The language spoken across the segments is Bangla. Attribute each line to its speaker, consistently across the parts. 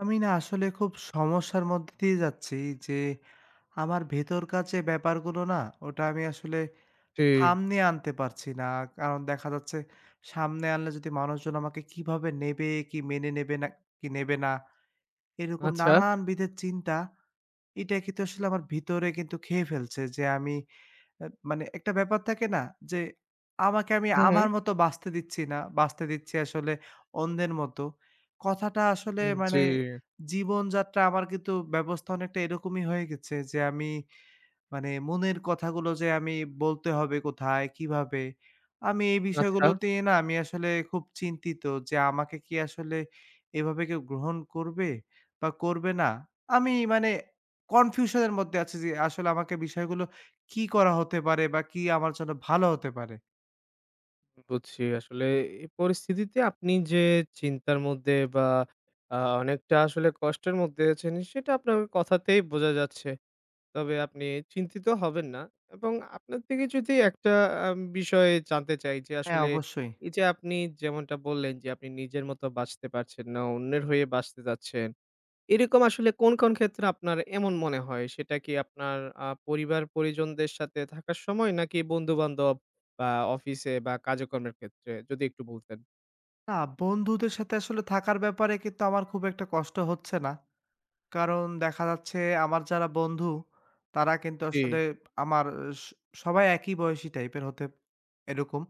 Speaker 1: আমি না আসলে খুব সমস্যার মধ্যে দিয়ে যাচ্ছি যে আমার ভেতরকার যে ব্যাপারগুলো না ওটা আমি আসলে
Speaker 2: জি,
Speaker 1: সামনে আনতে পারছি না। কারণ দেখা যাচ্ছে সামনে আনলে যদি মানুষজন আমাকে কিভাবে নেবে, কি মেনে নেবে না কি নেবে না, এরকম
Speaker 2: আচ্ছা।
Speaker 1: নানানবিধের চিন্তা এটা কিন্তু আসলে আমার ভিতরে কিন্তু খেয়ে ফেলছে যে আমি মানে একটা ব্যাপার থাকে না? যে আমাকে আমি
Speaker 2: হু, হু।
Speaker 1: আমার মতো বাঁচতে দিচ্ছি না। বাঁচতে দিচ্ছি আসলে অন্যের মতো। কথাটা আসলে
Speaker 2: জি,
Speaker 1: মানে জীবনযাত্রা আমার কিন্তু ব্যবস্থা অনেকটা এরকমই হয়ে গেছে যে আমি মানে মনের কথাগুলো যে আমি বলতে হবে কোথায়, কিভাবে? আমি এই
Speaker 2: আচ্ছা
Speaker 1: বিষয়গুলোতে না আমি আসলে খুব চিন্তিত যে আমাকে কি আসলে এভাবে কেউ গ্রহণ করবে বা করবে না? আমি মানে কনফিউশন এর মধ্যে আছি যে আসলে আমাকে বিষয়গুলো কি করা হতে পারে বা কি আমার জন্য ভালো হতে পারে?
Speaker 2: বুঝছি। আসলে এই পরিস্থিতিতে আপনি যে চিন্তার মধ্যে বা অনেকটা আসলে কষ্টের মধ্যে আছেন সেটা আপনার কথাতেই বোঝা যাচ্ছে। তবে আপনি চিন্তিত হবেন না এবং আপনার থেকে যদি একটা বিষয় জানতে চাই যে
Speaker 1: হ্যাঁ,
Speaker 2: আসলে
Speaker 1: অবশ্যই।
Speaker 2: এই যে আপনি যেমনটা বললেন যে আপনি নিজের মতো বাঁচতে পারছেন না, অন্যের হয়ে বাঁচতে চাচ্ছেন। এরকম আসলে কোন ক্ষেত্রে আপনার এমন মনে হয়? সেটা কি আপনার পরিবার-পরিজনদের সাথে থাকার সময় নাকি বন্ধু-বান্ধব বা অফিসে বা কাজকর্মের ক্ষেত্রে? যদি একটু বলতেন।
Speaker 1: না, বন্ধুদের সাথে আসলে থাকার ব্যাপারে কিন্তু আমার খুব একটা কষ্ট হচ্ছে না। কারণ দেখা যাচ্ছে আমার যারা বন্ধু, তারা কিন্তু
Speaker 2: জি।
Speaker 1: আসলে আমার স সবাই একই বয়সী টাইপের হতে এরকম।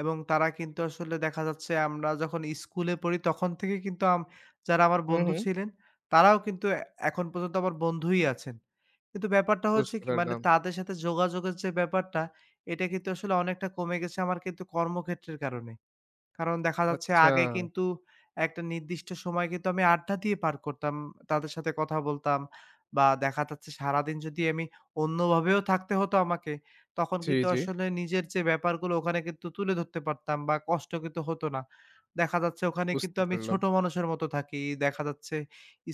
Speaker 1: এবং তারা কিন্তু আসলে দেখা যাচ্ছে আমরা যখন স্কুলে পড়ি তখন থেকে কিন্তু যারা আমার
Speaker 2: হুম,
Speaker 1: বন্ধু
Speaker 2: হুম।
Speaker 1: ছিলেন, তারাও কিন্তু এখন পর্যন্ত আমার বন্ধুই আছেন। কিন্তু ব্যাপারটা হচ্ছে
Speaker 2: বুঝতে
Speaker 1: কি মানে
Speaker 2: পারলাম।
Speaker 1: তাদের সাথে যোগাযোগের যে ব্যাপারটা, এটা কিন্তু আসলে অনেকটা কমে গেছে আমার কিন্তু কর্মক্ষেত্রের কারণে। কারণ দেখা যাচ্ছে
Speaker 2: আচ্ছা।
Speaker 1: আগে কিন্তু একটা নির্দিষ্ট সময় কিন্তু আমি আড্ডা দিয়ে পার করতাম। তাদের সাথে কথা বলতাম বা দেখা যাচ্ছে সারাদিন যদি আমি অন্যভাবেও থাকতে হতো আমাকে, তখন
Speaker 2: জি,
Speaker 1: কিন্তু
Speaker 2: জি।
Speaker 1: আসলে নিজের যে ব্যাপারগুলো ওখানে কিন্তু তুলে ধরতে পারতাম বা কষ্ট কিন্তু হতো না। দেখা যাচ্ছে ওখানে কিন্তু
Speaker 2: বুঝতে
Speaker 1: আমি
Speaker 2: পারলাম।
Speaker 1: ছোট মানুষের মতো থাকি। দেখা যাচ্ছে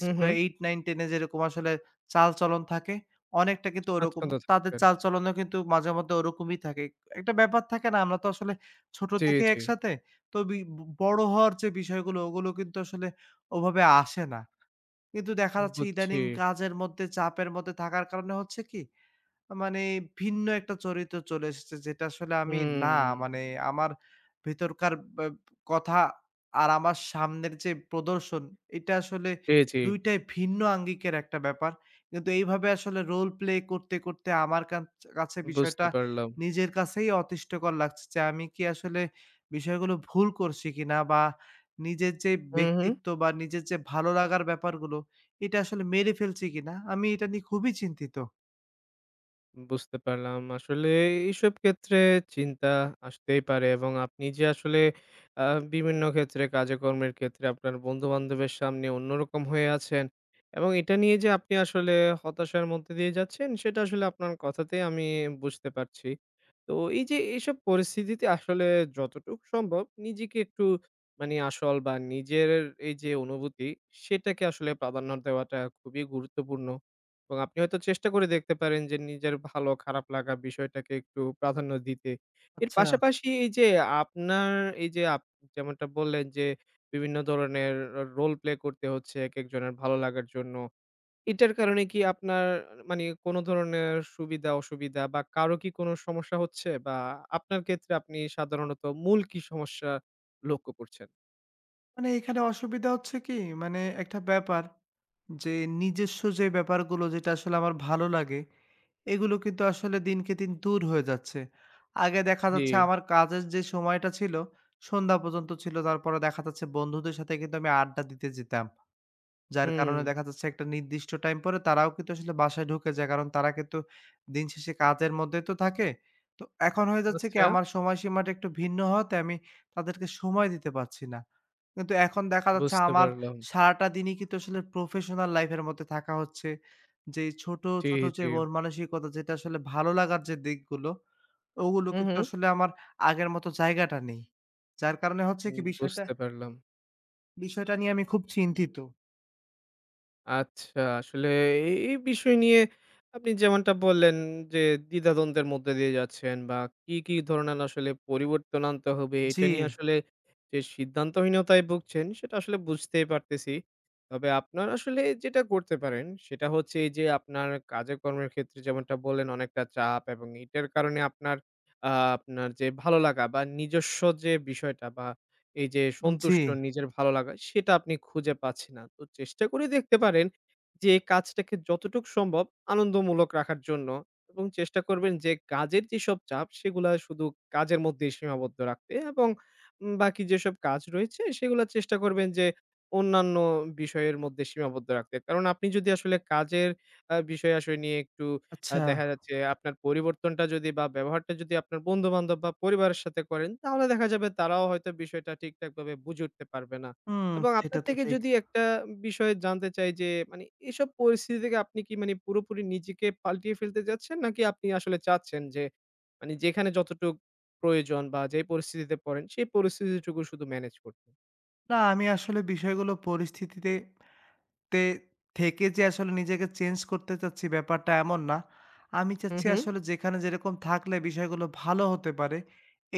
Speaker 2: হুম,
Speaker 1: স্কুলে
Speaker 2: হুম।
Speaker 1: 8, 9, 10 এ যেরকম আসলে চালচলন থাকে, অনেকটা কিন্তু ওরকম।
Speaker 2: স্বাচ্ছন্দ্য
Speaker 1: তাদের
Speaker 2: থাকতেন।
Speaker 1: চালচলনও কিন্তু মাঝে মধ্যে ওরকমই থাকে। একটা ব্যাপার থাকে না আমরা তো আসলে ছোট
Speaker 2: জি,
Speaker 1: থেকে
Speaker 2: জি।
Speaker 1: একসাথে। তো বি ব বড় হওয়ার যে বিষয়গুলো ওগুলো কিন্তু আসলে ওভাবে আসে না। কিন্তু দেখা যাচ্ছে
Speaker 2: বুঝছি।
Speaker 1: ইদানিং কাজের মধ্যে চাপের মধ্যে থাকার কারণে হচ্ছে কি মানে ভিন্ন একটা চরিত্র চলে এসেছে যেটা আসলে আমি না
Speaker 2: হুম।
Speaker 1: মানে আমার ভেতরকার কথা আর আমার সামনের যে প্রদর্শন এটা আসলে
Speaker 2: জি, জি।
Speaker 1: ২ টাই ভিন্ন আঙ্গিকের একটা ব্যাপার। কিন্তু এইভাবে আসলে রোল প্লে করতে, করতে আমার কাছ কাছে বিষয়টা
Speaker 2: বুঝতে পারলাম।
Speaker 1: নিজের কাছেই অতিষ্টকর লাগছে যে আমি কি আসলে বিষয়গুলো ভুল করছি কিনা বা নিজের যে
Speaker 2: হুম, হুম।
Speaker 1: ব্যক্তিত্ব বা নিজের যে ভালো লাগার ব্যাপারগুলো এটা আসলে মেরে ফেলছি কিনা আমি এটা নিয়ে খুবই চিন্তিত।
Speaker 2: বুঝতে পারলাম। আসলে এইসব ক্ষেত্রে চিন্তা আসতেই পারে এবং আপনি যে আসলে আ বিভিন্ন ক্ষেত্রে কাজে-কর্মের ক্ষেত্রে আপনার বন্ধু-বান্ধবের সামনে অন্যরকম হয়ে আছেন এবং এটা নিয়ে যে আপনি আসলে হতাশার মধ্যে দিয়ে যাচ্ছেন সেটা আসলে আপনার কথাতেই আমি বুঝতে পারছি। তো এই যে এইসব পরিস্থিতিতে আসলে যতটুকু সম্ভব নিজেকে একটু মানে আসল বা নিজের এই যে অনুভূতি সেটাকে আসলে প্রাধান্য দেওয়াটা খুবই গুরুত্বপূর্ণ। এবং আপনি হয়তো চেষ্টা করে দেখতে পারেন যে নিজের ভালো খারাপ লাগা বিষয়টাকে একটু প্রাধান্য দিতে। এর
Speaker 1: আচ্ছা।
Speaker 2: পাশাপাশি এই যে আপনার এই যে আপ যেমনটা বললেন যে বিভিন্ন ধরনের রোল প্লে করতে হচ্ছে একেকজনের ভালো লাগার জন্য। এটার কারণে কি আপনার মানে কোনো ধরনের সুবিধা অসুবিধা বা কারো কি কোনো সমস্যা হচ্ছে? বা আপনার ক্ষেত্রে আপনি সাধারণত মূল কি সমস্যা লক্ষ্য করছেন?
Speaker 1: মানে এখানে অসুবিধা হচ্ছে কি, মানে একটা ব্যাপার যে নিজস্ব যে ব্যাপারগুলো যেটা আসলে আমার ভালো লাগে, এগুলো কিন্তু আসলে দিনকে দিন দূর হয়ে যাচ্ছে। আগে দেখা
Speaker 2: জি,
Speaker 1: যাচ্ছে আমার কাজের যে সময়টা ছিল, সন্ধ্যা পর্যন্ত ছিল। তারপরে দেখা যাচ্ছে বন্ধুদের সাথে কিন্তু আমি আড্ডা দিতে যেতাম। যার
Speaker 2: হুম,
Speaker 1: কারণে দেখা যাচ্ছে একটা নির্দিষ্ট টাইম পরে তারাও কিন্তু আসলে বাসায় ঢুকে যায়। কারণ তারা কিন্তু দিন শেষে কাজের মধ্যেই তো থাকে। তো এখন হয়ে যাচ্ছে কি
Speaker 2: আচ্ছা
Speaker 1: আমার সময়সীমাটা একটু ভিন্ন হওয়াতে আমি তাদেরকে সময় দিতে পারছি না। কিন্তু এখন দেখা যাচ্ছে
Speaker 2: বুঝতে
Speaker 1: আমার
Speaker 2: পারলাম।
Speaker 1: সারাটা দিনই কিন্তু আসলে প্রফেশনাল লাইফ এর মধ্যে থাকা হচ্ছে। যে ছোট,
Speaker 2: জি,
Speaker 1: ছোট যে
Speaker 2: জি।
Speaker 1: মন মানসিকতা যেটা আসলে ভালো লাগার যে দিকগুলো ওগুলো
Speaker 2: হু, হু,
Speaker 1: কিন্তু আসলে আমার আগের মতো জায়গাটা নেই। যার কারণে হচ্ছে
Speaker 2: হুম,
Speaker 1: কি বিষয়টা
Speaker 2: বুঝতে পারলাম।
Speaker 1: বিষয়টা নিয়ে আমি খুব চিন্তিত।
Speaker 2: আচ্ছা, আসলে এই বিষয় নিয়ে আপনি যেমনটা বললেন যে দ্বিধাদ্বন্দ্বের মধ্যে দিয়ে যাচ্ছেন বা কি ধরনের আসলে পরিবর্তন আনতে হবে
Speaker 1: জি,
Speaker 2: এটা নিয়ে আসলে যে সিদ্ধান্তহীনতায় ভুগছেন সেটা আসলে বুঝতেই পারতেছি। তবে আপনার আসলে যেটা করতে পারেন সেটা হচ্ছে এই যে আপনার কাজে-কর্মের ক্ষেত্রে যেমনটা বললেন অনেকটা চাপ এবং এটার কারণে আপনার আপনার যে ভালো লাগা বা নিজস্ব যে বিষয়টা বা এই যে
Speaker 1: জি।
Speaker 2: সন্তুষ্ট নিজের ভালো লাগা সেটা আপনি খুঁজে পাচ্ছেন না। তো চেষ্টা করে দেখতে পারেন যে কাজটাকে যতটুকু সম্ভব আনন্দমূলক রাখার জন্য এবং চেষ্টা করবেন যে কাজের যেসব চাপ সেগুলা শুধু কাজের মধ্যেই সীমাবদ্ধ রাখতে এবং বাকি যেসব কাজ রয়েছে সেগুলো চেষ্টা করবেন যে অন্যান্য বিষয়ের মধ্যে সীমাবদ্ধ রাখতে। কারণ আপনি যদি আসলে কাজের বিষয় আসলে নিয়ে একটু
Speaker 1: আচ্ছা।
Speaker 2: দেখা যাচ্ছে আপনার পরিবর্তনটা যদি বা ব্যবহারটা যদি আপনার বন্ধু-বান্ধব বা পরিবারের সাথে করেন, তাহলে দেখা যাবে তারাও হয়তো বিষয়টা ঠিকঠাকভাবে বুঝে উঠতে পারবে না।
Speaker 1: হুম,
Speaker 2: এবং
Speaker 1: সেটা
Speaker 2: আপনার
Speaker 1: তো
Speaker 2: থেকে
Speaker 1: ঠিক।
Speaker 2: যদি একটা বিষয় জানতে চাই যে, মানে এসব পরিস্থিতি থেকে আপনি কি মানে পুরোপুরি নিজেকে পাল্টিয়ে ফেলতে চাচ্ছেন? নাকি আপনি আসলে চাচ্ছেন যে, মানে যেখানে যতটুক প্রয়োজন বা যেই পরিস্থিতিতে পড়েন, সেই পরিস্থিতিটুকু শুধু ম্যানেজ করতে?
Speaker 1: না, আমি আসলে বিষয়গুলো পরিস্থিতিতে তে থেকে যে আসলে নিজেকে চেঞ্জ করতে চাচ্ছি ব্যাপারটা এমন না। আমি
Speaker 2: হুম,
Speaker 1: চাচ্ছি
Speaker 2: হুম।
Speaker 1: আসলে যেখানে যেরকম থাকলে বিষয়গুলো ভালো হতে পারে।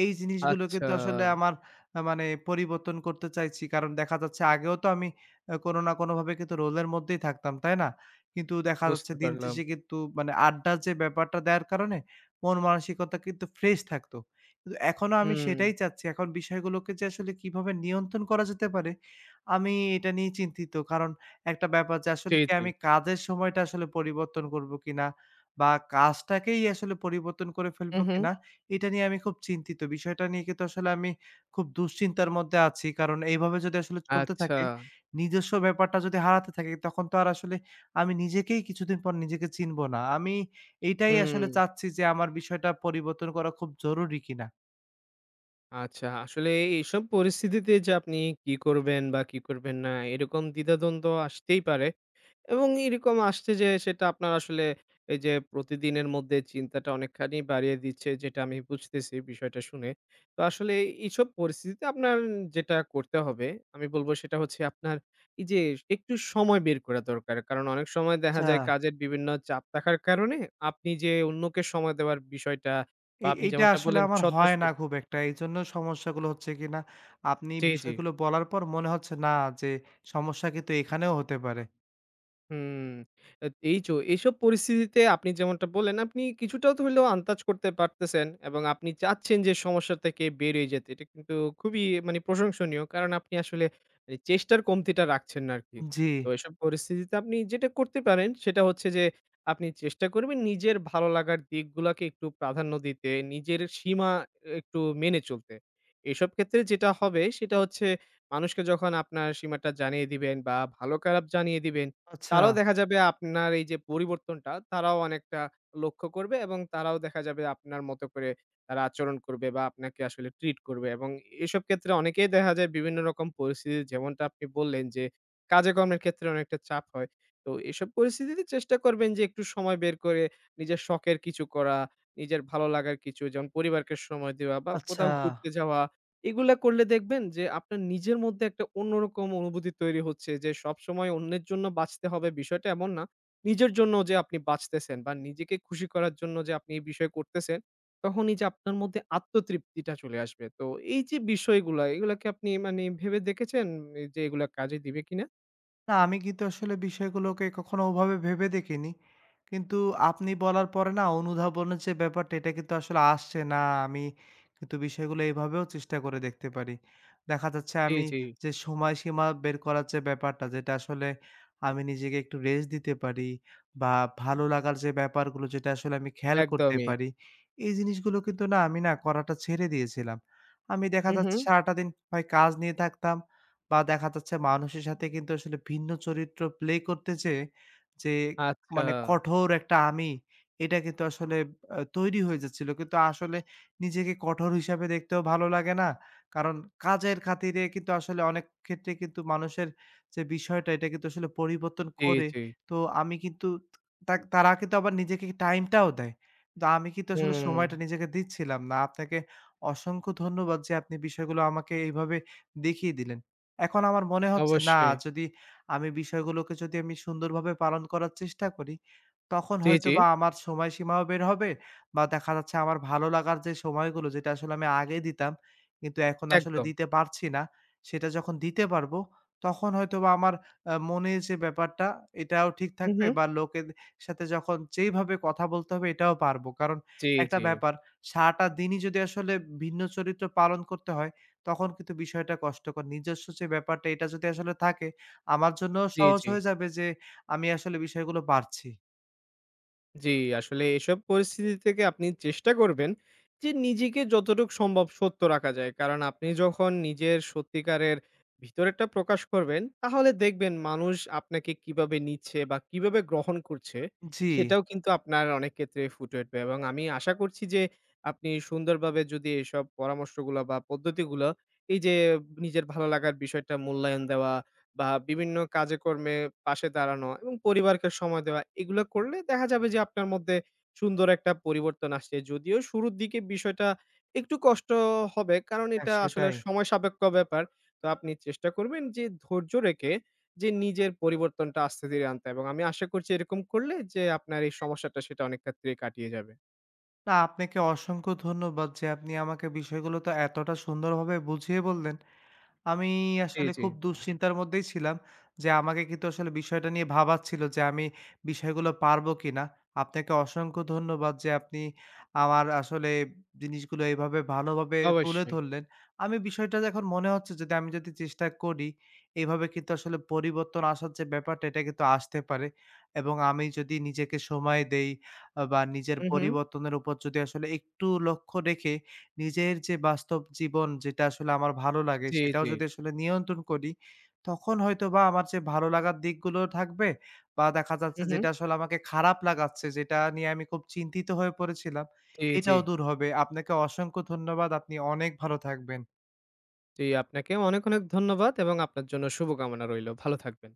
Speaker 1: এই জিনিসগুলো
Speaker 2: আচ্ছা,
Speaker 1: কিন্তু আসলে আমার মানে পরিবর্তন করতে চাইছি। কারণ দেখা যাচ্ছে আগেও তো আমি কোনো না কোনোভাবে কিন্তু রোলের মধ্যেই থাকতাম, তাই না? কিন্তু দেখা যাচ্ছে
Speaker 2: বুঝতে
Speaker 1: দিন
Speaker 2: পারলাম।
Speaker 1: শেষে কিন্তু মানে আড্ডার যে ব্যাপারটা দেওয়ার কারণে মন মানসিকতা কিন্তু ফ্রেশ থাকতো। কিন্তু এখনো আমি
Speaker 2: হুম,
Speaker 1: সেটাই চাচ্ছি। এখন বিষয়গুলোকে যে আসলে কিভাবে নিয়ন্ত্রণ করা যেতে পারে আমি এটা নিয়ে চিন্তিত। কারণ একটা ব্যাপার যে আসলে
Speaker 2: জি,
Speaker 1: কি
Speaker 2: জি।
Speaker 1: আমি কাজের সময়টা আসলে পরিবর্তন করব কিনা? বা কাজটাকেই আসলে পরিবর্তন করে
Speaker 2: হুম,
Speaker 1: ফেলবো
Speaker 2: হুম।
Speaker 1: কিনা? এটা নিয়ে আমি খুব চিন্তিত। বিষয়টা নিয়ে কিন্তু আসলে আমি খুব দুশ্চিন্তার মধ্যে আছি। কারণ এইভাবে যদি আসলে চলতে
Speaker 2: আচ্ছা,
Speaker 1: থাকে, নিজস্ব ব্যাপারটা যদি হারাতে থাকি, তখন তো আর আসলে আমি কিছুদিন পর নিজেকে চিনব না। আমি এইটাই
Speaker 2: হুম।
Speaker 1: আসলে চাচ্ছি যে আমার বিষয়টা পরিবর্তন করা খুব জরুরি কিনা?
Speaker 2: আচ্ছা, আসলে এইসব পরিস্থিতিতে যে আপনি কি করবেন বা কি করবেন না, এরকম দ্বিধাদ্বন্দ্ব আসতেই পারে এবং এরকম আসছে যে সেটা আপনার আসলে এই যে প্রতিদিনের মধ্যে চিন্তাটা অনেকখানি বাড়িয়ে দিচ্ছে যেটা আমি বুঝতেছি বিষয়টা শুনে। তো আসলে এইসব পরিস্থিতিতে আপনার যেটা করতে হবে, আমি বলব সেটা হচ্ছে আপনার এই যে একটু সময় বের করা দরকার। কারণ অনেক সময় দেখা
Speaker 1: আচ্ছা।
Speaker 2: যায় কাজের বিভিন্ন চাপ থাকার কারণে আপনি যে অন্যকে সময় দেওয়ার বিষয়টা বা
Speaker 1: এই
Speaker 2: আপনি
Speaker 1: এইটা
Speaker 2: যেমনটা
Speaker 1: আসলে
Speaker 2: বললেন
Speaker 1: আমার হয় না
Speaker 2: স্বতঃস্ফূর্ত
Speaker 1: খুব একটা। এইজন্য সমস্যাগুলো হচ্ছে কিনা আপনি
Speaker 2: জি, জি।
Speaker 1: বিষয়গুলো বলার পর মনে হচ্ছে না যে সমস্যা কিন্তু এখানেও হতে পারে।
Speaker 2: হুম। এ এই যো এইসব পরিস্থিতিতে আপনি যেমনটা বললেন, আপনি কিছুটা তো হইলেও আন্দাজ করতে পারতেছেন এবং আপনি চাচ্ছেন যে সমস্যা থেকে বেরিয়ে যেতে। এটা কিন্তু খুবই মানে প্রশংসনীয়। কারণ আপনি আসলে চেষ্টার কমতিটা রাখছেন না আরকি।
Speaker 1: জি।
Speaker 2: তো এসব পরিস্থিতিতে আপনি যেটা করতে পারেন সেটা হচ্ছে যে, আপনি চেষ্টা করবেন নিজের ভালো লাগার দিকগুলাকে একটু প্রাধান্য দিতে, নিজের সীমা একটু মেনে চলতে। এসব ক্ষেত্রে যেটা হবে সেটা হচ্ছে মানুষকে যখন আপনার সীমাটা জানিয়ে দিবেন বা ভালো খারাপ জানিয়ে দিবেন
Speaker 1: আচ্ছা,
Speaker 2: তারাও দেখা যাবে আপনার এই যে পরিবর্তনটা, তারাও অনেকটা লক্ষ্য করবে এবং তারাও দেখা যাবে আপনার মতো করে তারা আচরণ করবে বা আপনাকে আসলে ট্রিট করবে এবং এসব ক্ষেত্রে অনেকেই দেখা যায় বিভিন্ন রকম পরিস্থিতি যেমনটা আপনি বললেন যে, কাজে কর্মের ক্ষেত্রে অনেকটা চাপ হয়। তো এসব পরিস্থিতিতে চেষ্টা করবেন যে একটু সময় বের করে নিজের শখের কিছু করা, নিজের ভালো লাগার কিছু যেমন পরিবারকে সময় দেওয়া বা
Speaker 1: আচ্ছা।
Speaker 2: কোথাও ঘুরতে যাওয়া এগুলা করলে দেখবেন যে আপনার নিজের মধ্যে একটা অন্যরকম অনুভূতি তৈরি হচ্ছে যে সবসময় অন্যের জন্য বাঁচতে হবে বিষয়টা এমন না। নিজের জন্য যে আপনি বাঁচতেছেন বা নিজেকে খুশি করার জন্য যে আপনি এই বিষয় করতেছেন, তখনই যে আপনার মধ্যে আত্মতৃপ্তিটা চলে আসবে। তো এই যে বিষয়গুলা, এগুলা কি আপনি মানে ভেবে দেখেছেন যে এগুলা কাজে দিবে কিনা?
Speaker 1: না, আমি কিন্তু আসলে বিষয়গুলোকে কখনো ওভাবে ভেবে দেখিনি। কিন্তু আপনি বলার পরে না অনুধাবনের যে ব্যাপারটা এটা কিন্তু আসলে আসছে না। আমি কিন্তু বিষয়গুলো এভাবেও চেষ্টা করে দেখতে পারি। দেখা যাচ্ছে
Speaker 2: জি,
Speaker 1: আমি
Speaker 2: জি,
Speaker 1: যে সময়সীমা বের করার যে ব্যাপারটা যেটা আসলে আমি নিজেকে একটু রেস্ট দিতে পারি বা ভালো লাগার যে ব্যাপারগুলো যেটা আসলে আমি খেয়াল করতে
Speaker 2: একদমই।
Speaker 1: পারি। এই জিনিসগুলো কিন্তু না আমি না করাটা ছেড়ে দিয়েছিলাম। আমি দেখা
Speaker 2: হু, হু।
Speaker 1: যাচ্ছে সারাটা দিন হয় কাজ নিয়ে থাকতাম বা দেখা যাচ্ছে মানুষের সাথে কিন্তু আসলে ভিন্ন চরিত্র প্লে করতে যেয়ে যে
Speaker 2: আচ্ছা,
Speaker 1: মানে কঠোর একটা আমি, এটা কিন্তু আসলে তৈরি হয়ে যাচ্ছিল। কিন্তু আসলে নিজেকে কঠোর হিসাবে দেখতেও ভালো লাগে না। কারণ কাজের খাতিরে কিন্তু আসলে অনেক ক্ষেত্রে কিন্তু মানুষের যে বিষয়টা এটা কিন্তু আসলে পরিবর্তন
Speaker 2: জি,
Speaker 1: করে।
Speaker 2: জি।
Speaker 1: তো আমি কিন্তু তা তারা কিন্তু আবার নিজেকে টাইমটাও দেয়। তো আমি কিন্তু আসলে
Speaker 2: হুম,
Speaker 1: সময়টা নিজেকে দিচ্ছিলাম না। আপনাকে অসংখ্য ধন্যবাদ যে আপনি বিষয়গুলো আমাকে এইভাবে দেখিয়ে দিলেন। এখন আমার মনে হচ্ছে না
Speaker 2: অবশ্যই।
Speaker 1: যদি আমি বিষয়গুলোকে যদি আমি সুন্দরভাবে পালন করার চেষ্টা করি, তখন
Speaker 2: জি, জি,
Speaker 1: হয়তোবা আমার সময়সীমাও বের হবে বা দেখা যাচ্ছে আমার ভালো লাগার যে সময়গুলো যেটা আসলে আমি আগে দিতাম, কিন্তু এখন আসলে
Speaker 2: একদম।
Speaker 1: দিতে পারছি না। সেটা যখন দিতে পারবো, তখন হয়তোবা আমার মনের যে ব্যাপারটা এটাও ঠিক
Speaker 2: হু,
Speaker 1: থাকবে
Speaker 2: হু।
Speaker 1: বা লোকের সাথে যখন যেইভাবে কথা বলতে হবে এটাও পারবো। কারণ
Speaker 2: জি,
Speaker 1: একটা
Speaker 2: জি,
Speaker 1: ব্যাপার সারাটা দিনই যদি আসলে ভিন্ন চরিত্র পালন করতে হয় তখন কিন্তু বিষয়টা কষ্টকর। নিজস্ব যে ব্যাপারটা এটা যদি আসলে থাকে, আমার জন্যও
Speaker 2: জি,
Speaker 1: সহজ
Speaker 2: জি।
Speaker 1: হয়ে যাবে যে আমি আসলে বিষয়গুলো পারছি।
Speaker 2: জি, আসলে এসব পরিস্থিতি থেকে আপনি চেষ্টা করবেন যে নিজেকে যতটুকু সম্ভব সত্য রাখা যায়। কারণ আপনি যখন নিজের সত্যিকারের ভিতরেরটা প্রকাশ করবেন, তাহলে দেখবেন মানুষ আপনাকে কিভাবে নিচ্ছে বা কিভাবে গ্রহণ করছে,
Speaker 1: জি,
Speaker 2: সেটাও কিন্তু আপনার অনেক ক্ষেত্রে ফুটে উঠবে। এবং আমি আশা করছি যে আপনি সুন্দরভাবে যদি এসব পরামর্শগুলা বা পদ্ধতিগুলা এই যে নিজের ভালো লাগার বিষয়টা মূল্যায়ন দেওয়া বা বিভিন্ন কাজে কর্মে পাশে দাঁড়ানো এবং পরিবারকে সময় দেওয়া এগুলো করলে দেখা যাবে যে আপনার মধ্যে সুন্দর একটা পরিবর্তন আসছে। যদিও শুরুর দিকে বিষয়টা একটু কষ্ট হবে কারণ
Speaker 1: হ্যাঁ
Speaker 2: এটা আসলে
Speaker 1: সেটাই।
Speaker 2: সময় সাপেক্ষ ব্যাপার। তো আপনি চেষ্টা করবেন যে ধৈর্য রেখে যে নিজের পরিবর্তনটা আস্তে ধীরে আনতে এবং আমি আশা করছি এরকম করলে যে আপনার এই সমস্যাটা সেটা অনেক ক্ষেত্রেই কাটিয়ে যাবে।
Speaker 1: না আপনাকে অসংখ্য ধন্যবাদ যে আপনি আমাকে বিষয়গুলো তো এতটা সুন্দরভাবে বুঝিয়ে বললেন। আমি
Speaker 2: জি,
Speaker 1: আসলে
Speaker 2: জি।
Speaker 1: খুব দুশ্চিন্তার মধ্যেই ছিলাম যে, আমাকে কিন্তু আসলে বিষয়টা নিয়ে ভাবাচ্ছিল যে, আমি বিষয়গুলো পারবো কিনা। আপনাকে অসংখ্য ধন্যবাদ যে, আপনি আমার আসলে জিনিসগুলো এভাবে ভালোভাবে তুলে
Speaker 2: অবশ্যই।
Speaker 1: ধরলেন। আমি বিষয়টা এখন মনে হচ্ছে যদি চেষ্টা করি, এভাবে কিন্তু আসলে পরিবর্তন আসার যে, ব্যাপারটা এটা কিন্তু আসতে পারে এবং আমি যদি নিজেকে সময় দেই বা নিজের
Speaker 2: হু, হু।
Speaker 1: পরিবর্তনের উপর যদি আসলে একটু লক্ষ্য রেখে নিজের যে বাস্তব জীবন যেটা আসলে আমার ভালো লাগে
Speaker 2: জি,
Speaker 1: সেটাও
Speaker 2: জি।
Speaker 1: যদি আসলে নিয়ন্ত্রণ করি, তখন হয়তোবা আমার যে ভালো লাগার দিকগুলোও থাকবে বা দেখা যাচ্ছে
Speaker 2: হু, হু।
Speaker 1: যেটা আসলে আমাকে খারাপ লাগাচ্ছে, যেটা নিয়ে আমি খুব চিন্তিত হয়ে পড়েছিলাম,
Speaker 2: জি, জি।
Speaker 1: এটাও দূর হবে। আপনাকে অসংখ্য ধন্যবাদ। আপনি অনেক ভালো থাকবেন।
Speaker 2: জি, আপনাকে অনেক ধন্যবাদ এবং আপনার জন্য শুভকামনা রইলো। ভালো থাকবেন।